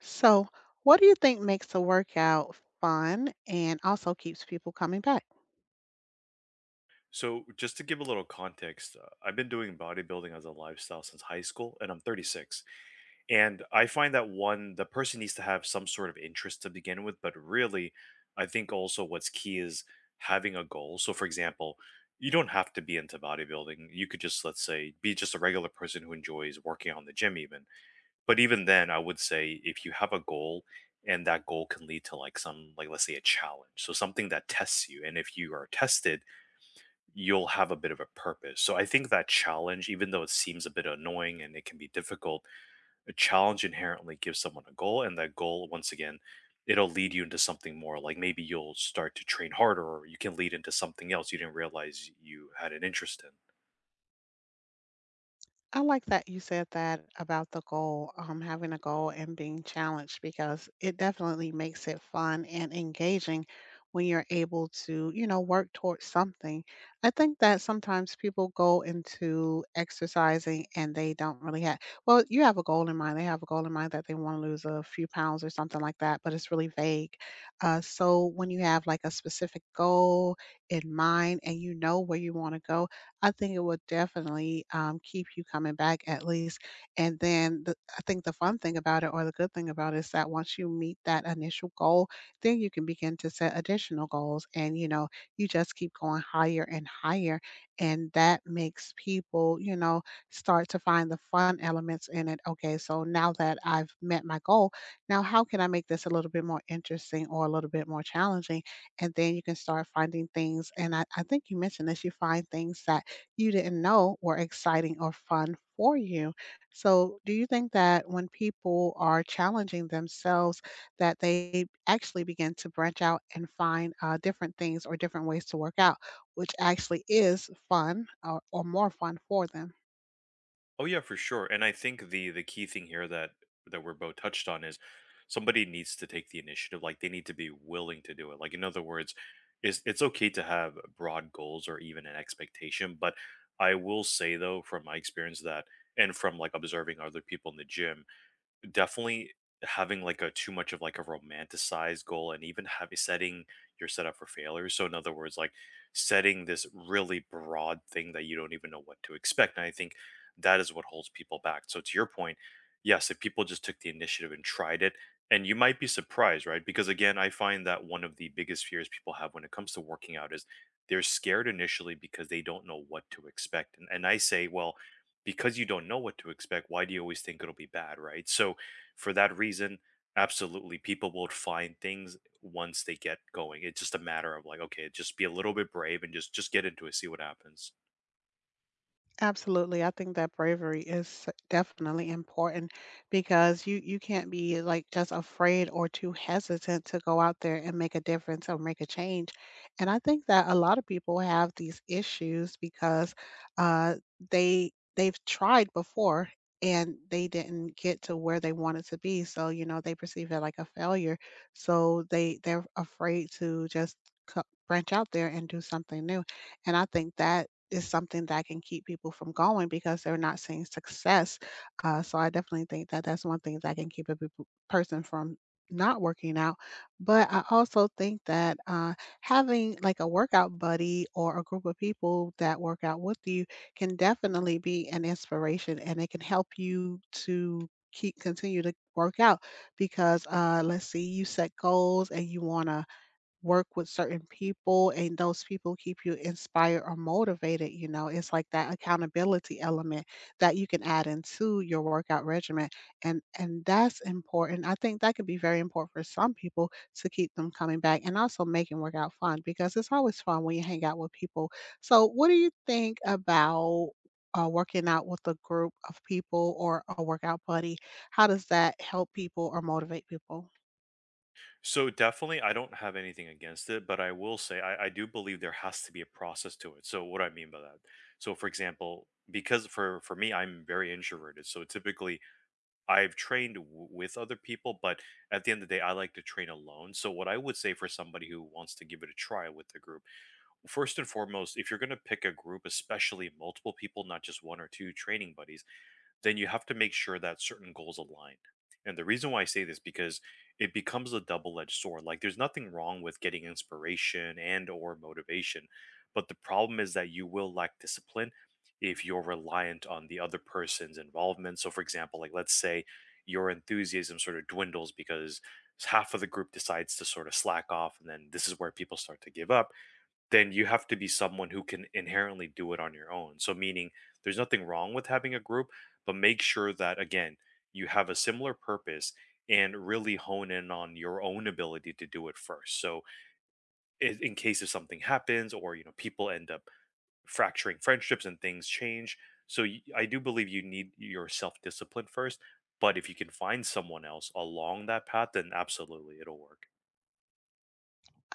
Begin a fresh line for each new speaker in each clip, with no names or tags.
So, what do you think makes a workout fun and also keeps people coming back?
So, just to give a little context, I've been doing bodybuilding as a lifestyle since high school, and I'm 36. And I find that one, the person needs to have some sort of interest to begin with, but really, I think also what's key is having a goal. So, for example, you don't have to be into bodybuilding. You could just, let's say, be just a regular person who enjoys working on the gym, even. But even then, I would say if you have a goal, and that goal can lead to like some like let's say a challenge, so something that tests you, and if you are tested, you'll have a bit of a purpose. So I think that challenge, even though it seems a bit annoying and it can be difficult, a challenge inherently gives someone a goal. And that goal, once again, it'll lead you into something more. Like maybe you'll start to train harder, or you can lead into something else you didn't realize you had an interest in.
I like that you said that about the goal, having a goal and being challenged because it definitely makes it fun and engaging when you're able to, you know, work towards something. I think that sometimes people go into exercising and they don't really have, well, you have a goal in mind. They have a goal in mind that they want to lose a few pounds or something like that, but it's really vague. So when you have like a specific goal in mind and you know where you want to go, I think it will definitely, keep you coming back at least, and then the I think the fun thing about it or the good thing about it is that once you meet that initial goal, then you can begin to set additional goals and, you know, you just keep going higher and higher, and that makes people, you know, start to find the fun elements in it. "Okay, so now that I've met my goal, now how can I make this a little bit more interesting or a little bit more challenging?" And then you can start finding things, and I think you mentioned this, you find things that you didn't know were exciting or fun for you. So, do you think that when people are challenging themselves, that they actually begin to branch out and find different things or different ways to work out, which actually is fun or more fun for them?
Oh yeah, for sure. And I think the key thing here that we're both touched on is somebody needs to take the initiative. Like they need to be willing to do it. Like in other words, is it's okay to have broad goals or even an expectation. But I will say though, from my experience that and from like observing other people in the gym, definitely having like a too much of like a romanticized goal and even having setting your setup for failure. So in other words, like setting this really broad thing that you don't even know what to expect. And I think that is what holds people back. So to your point, yes, if people just took the initiative and tried it, and you might be surprised, right? Because again, I find that one of the biggest fears people have when it comes to working out is they're scared initially because they don't know what to expect. And I say, well, because you don't know what to expect, why do you always think it'll be bad, right? So for that reason, absolutely, people will find things once they get going. It's just a matter of like, okay, just be a little bit brave and just get into it, see what happens.
Absolutely. I think that bravery is definitely important because you can't be like just afraid or too hesitant to go out there and make a difference or make a change. And I think that a lot of people have these issues because uh they've tried before and they didn't get to where they wanted to be. So, you know, they perceive it like a failure. So they're afraid to just co- branch out there and do something new. And I think that is something that can keep people from going because they're not seeing success. So I definitely think that that's one thing that can keep a person from not working out. But I also think that having like a workout buddy or a group of people that work out with you can definitely be an inspiration and it can help you to keep continue to work out because let's see, you set goals and you want to work with certain people and those people keep you inspired or motivated, you know, it's like that accountability element that you can add into your workout regimen. And that's important. I think that could be very important for some people to keep them coming back and also making workout fun because it's always fun when you hang out with people. So what do you think about working out with a group of people or a workout buddy? How does that help people or motivate people?
So definitely, I don't have anything against it, but I will say I do believe there has to be a process to it. So what do I mean by that? So for example, because for me, I'm very introverted, so typically I've trained with other people, but at the end of the day, I like to train alone. So what I would say for somebody who wants to give it a try with the group, first and foremost, if you're going to pick a group, especially multiple people, not just one or two training buddies, then you have to make sure that certain goals align. And the reason why I say this, because it becomes a double-edged sword. Like there's nothing wrong with getting inspiration and or motivation, but the problem is that you will lack discipline if you're reliant on the other person's involvement. So for example, like let's say your enthusiasm sort of dwindles because half of the group decides to sort of slack off, and then this is where people start to give up, then you have to be someone who can inherently do it on your own. So, meaning there's nothing wrong with having a group, but make sure that, again, you have a similar purpose and really hone in on your own ability to do it first. So, in case if something happens or, you know, people end up fracturing friendships and things change. So, I do believe you need your self discipline first. But if you can find someone else along that path, then absolutely it'll work.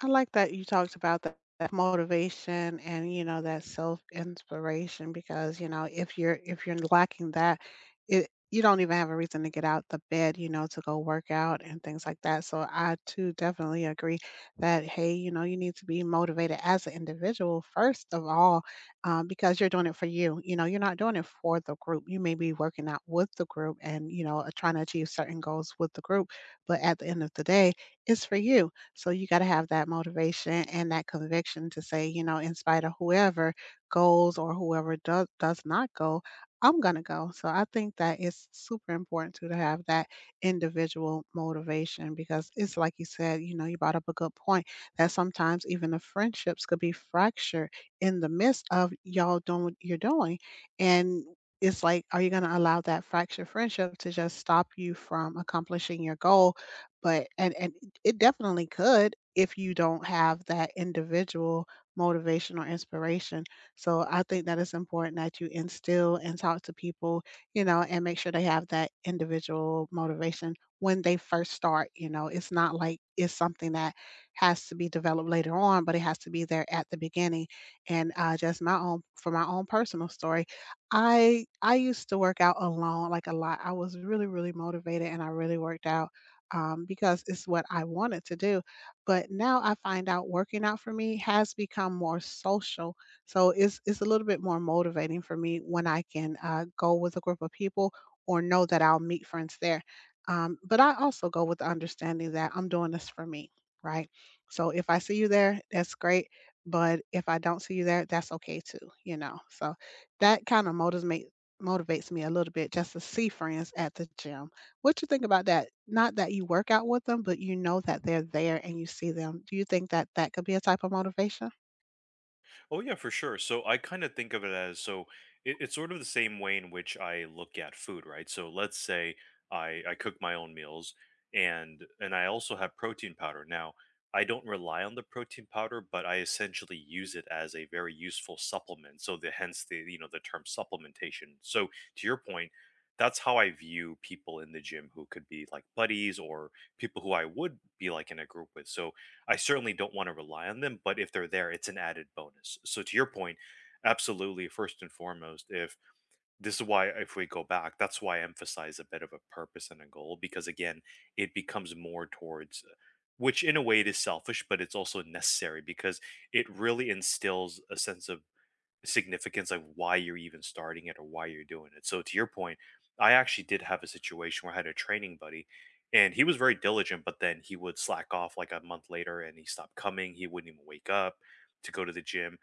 I like that you talked about that, that motivation and you know that self inspiration because you know if you're lacking that, it you don't even have a reason to get out the bed, you know, to go work out and things like that. So I too definitely agree that hey, you know, you need to be motivated as an individual first of all, because you're doing it for you. You know, you're not doing it for the group. You may be working out with the group and you know trying to achieve certain goals with the group, but at the end of the day, it's for you so you got to have that motivation and that conviction to say, you know, in spite of whoever goes or whoever does not go, I'm gonna go. So I think that it's super important too to have that individual motivation because it's like you said, you know, you brought up a good point that sometimes even the friendships could be fractured in the midst of y'all doing what you're doing. And it's like, are you going to allow that fractured friendship to just stop you from accomplishing your goal but and it definitely could if you don't have that individual motivation or inspiration. So I think that it's important that you instill and talk to people, you know, and make sure they have that individual motivation when they first start, you know. It's not like it's something that has to be developed later on, but it has to be there at the beginning. And just my own for my own personal story, I used to work out alone like a lot. I was really really motivated and I really worked out because it's what I wanted to do. But now I find out working out for me has become more social. So it's a little bit more motivating for me when I can go with a group of people or know that I'll meet friends there. But I also go with the understanding that I'm doing this for me, right? So if I see you there, that's great. But if I don't see you there, that's okay too, you know? So that kind of motivates me a little bit just to see friends at the gym. What you think about that? Not that you work out with them, but you know that they're there and you see them. Do you think that that could be a type of motivation?
Oh yeah, for sure. So I kind of think of it as so it's sort of the same way in which I look at food, right? So let's say I cook my own meals and I also have protein powder. Now, I don't rely on the protein powder, but I essentially use it as a very useful supplement. So the hence the you know the term supplementation. So to your point, that's how I view people in the gym who could be like buddies or people who I would be like in a group with. So I certainly don't want to rely on them, but if they're there, it's an added bonus. So to your point, absolutely, first and foremost, if this is why, if we go back, that's why I emphasize a bit of a purpose and a goal, because again, it becomes more towards, which in a way it is selfish, but it's also necessary because it really instills a sense of significance of why you're even starting it or why you're doing it. So to your point, I actually did have a situation where I had a training buddy, and he was very diligent, but then he would slack off like a month later and he stopped coming. He wouldn't even wake up to go to the gym.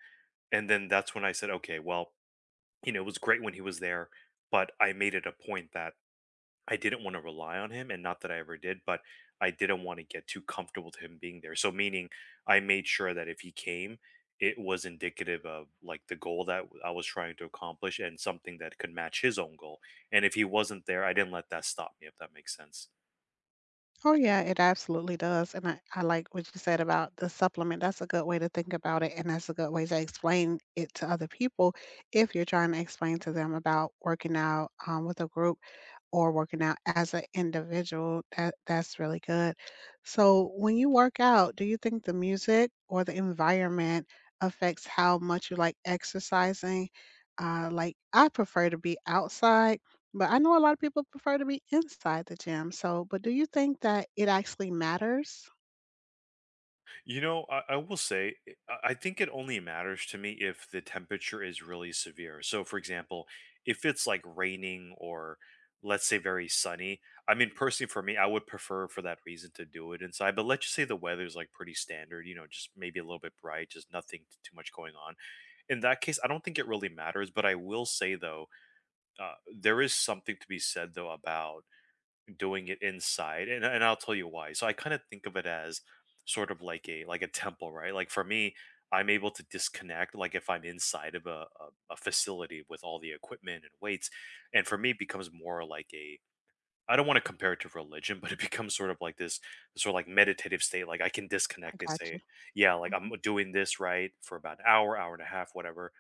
And then that's when I said, okay, well, you know, it was great when he was there, but I made it a point that I didn't want to rely on him, and not that I ever did, but I didn't want to get too comfortable to him being there. So, meaning, I made sure that if he came, it was indicative of like the goal that I was trying to accomplish and something that could match his own goal. And if he wasn't there, I didn't let that stop me, if that makes sense.
Oh, yeah, it absolutely does, and I like what you said about the supplement, that's a good way to think about it, and that's a good way to explain it to other people if you're trying to explain to them about working out, with a group or working out as an individual, that that's really good. So, when you work out, do you think the music or the environment affects how much you like exercising? I prefer to be outside but I know a lot of people prefer to be inside the gym, so but do you think that it actually matters?
You know, I will say, I think it only matters to me if the temperature is really severe. So, for example, if it's like raining or let's say very sunny, I mean, personally for me, I would prefer for that reason to do it inside. But let's just say the weather's like pretty standard, you know, just maybe a little bit bright, just nothing too much going on. In that case, I don't think it really matters. But I will say, though, there is something to be said, though, about doing it inside, and I'll tell you why. So I kind of think of it as sort of like a temple, right? Like for me, I'm able to disconnect, like if I'm inside of a facility with all the equipment and weights, and for me it becomes more like a I don't want to compare it to religion but it becomes sort of like this sort of like meditative state, like I can
I
disconnect and
got you.
say yeah, like I'm
Mhm.
doing this right for about an hour and a half, whatever,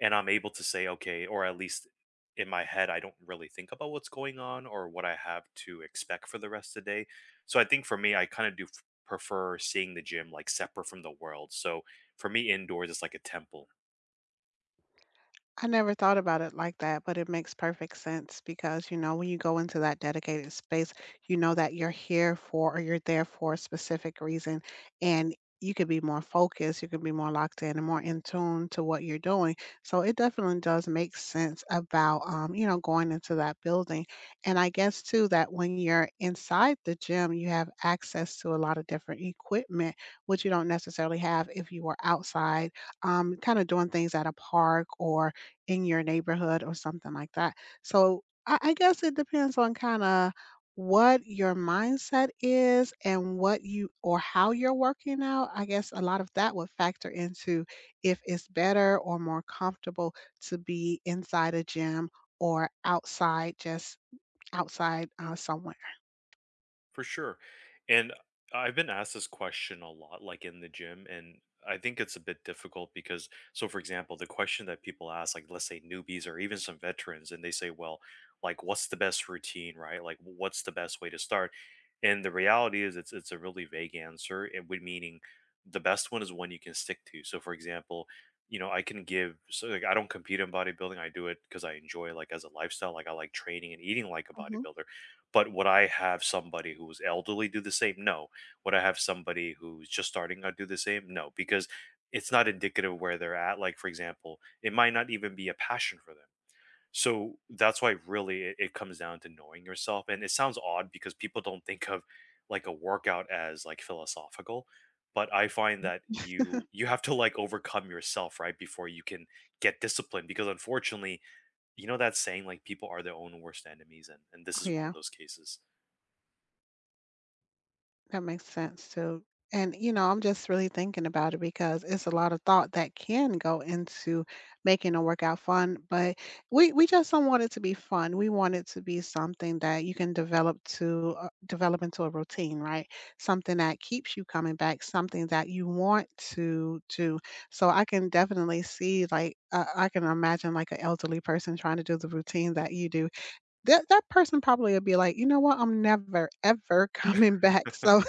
and I'm able to say, okay, or at least in my head, I don't really think about what's going on or what I have to expect for the rest of the day. So I think for me, I kind of do prefer seeing the gym like separate from the world. So for me, indoors is like a temple.
I never thought about it like that, but it makes perfect sense because, you know, when you go into that dedicated space, you know that you're here for or you're there for a specific reason. And you could be more focused, you could be more locked in and more in tune to what you're doing. So it definitely does make sense about, you know, going into that building. And I guess too that when you're inside the gym, you have access to a lot of different equipment, which you don't necessarily have if you were outside, kind of doing things at a park or in your neighborhood or something like that. So I guess it depends on kind of what your mindset is and what you or how you're working out. I guess a lot of that would factor into if it's better or more comfortable to be inside a gym or outside, just outside somewhere.
For sure. And I've been asked this question a lot, like in the gym, and I think it's a bit difficult because, so for example, the question that people ask, like let's say newbies or even some veterans, and they say, well, like what's the best routine, right? Like what's the best way to start? And the reality is, it's a really vague answer, and would meaning the best one is one you can stick to. So for example, you know, I can give so like I don't compete in bodybuilding. I do it because I enjoy like as a lifestyle. Like I like training and eating like a
Mhm.
bodybuilder, but would I have somebody who's elderly do the same? No. Would I have somebody who's just starting out do the same? No, because it's not indicative of where they're at. Like, for example, it might not even be a passion for them. So that's why really it comes down to knowing yourself. And it sounds odd because people don't think of like a workout as like philosophical. But I find that you have to like overcome yourself, right? Before you can get disciplined. Because unfortunately, you know that saying like people are their own worst enemies, and this
Oh,
is one of
yeah.
those cases.
That makes sense too. And, you know, I'm just really thinking about it because it's a lot of thought that can go into making a workout fun, but we just don't want it to be fun. We want it to be something that you can develop to develop into a routine, right? Something that keeps you coming back, something that you want to do. So I can definitely see like I can imagine like an elderly person trying to do the routine that you do that that person probably would be like, you know what, I'm never ever coming back. So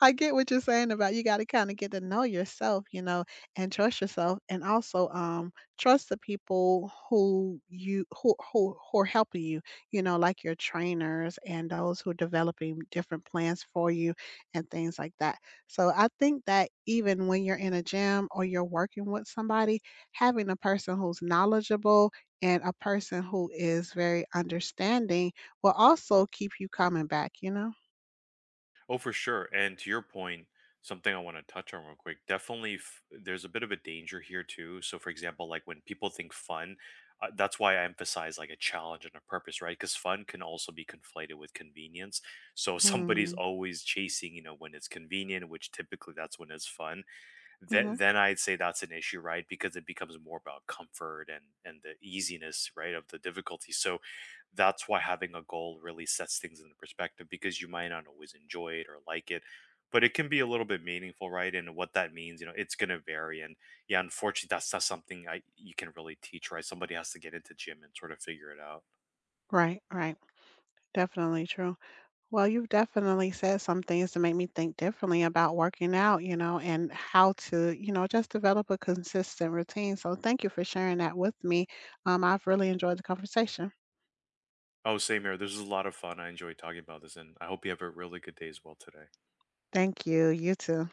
I get what you're saying about you gotta kinda get to know yourself, you know, and trust yourself, and also, trust the people who you who are helping you, you know, like your trainers and those who are developing different plans for you and things like that. So I think that even when you're in a gym or you're working with somebody, having a person who's knowledgeable and a person who is very understanding will also keep you coming back, you know?
Oh, for sure. And to your point, something I want to touch on real quick. Definitely, there's a bit of a danger here too. So, for example, like when people think fun, that's why I emphasize like a challenge and a purpose, right? Because fun can also be conflated with convenience. So somebody's
Mm,
always chasing, you know, when it's convenient, which typically that's when it's fun, then
mhm.
then I'd say that's an issue, right? Because it becomes more about comfort and the easiness, right, of the difficulty. So that's why having a goal really sets things into perspective, because you might not always enjoy it or like it, but it can be a little bit meaningful, right? And what that means, you know, it's going to vary. And yeah, unfortunately, that's not something I you can really teach, right? Somebody has to get into gym and sort of figure it out.
Right, right. Definitely true. Well, you've definitely said some things to make me think differently about working out, you know, and how to, you know, just develop a consistent routine. So thank you for sharing that with me. I've really enjoyed the conversation.
Oh, same here. This is a lot of fun. I enjoyed talking about this, and I hope you have a really good day as well today.
Thank you. You too.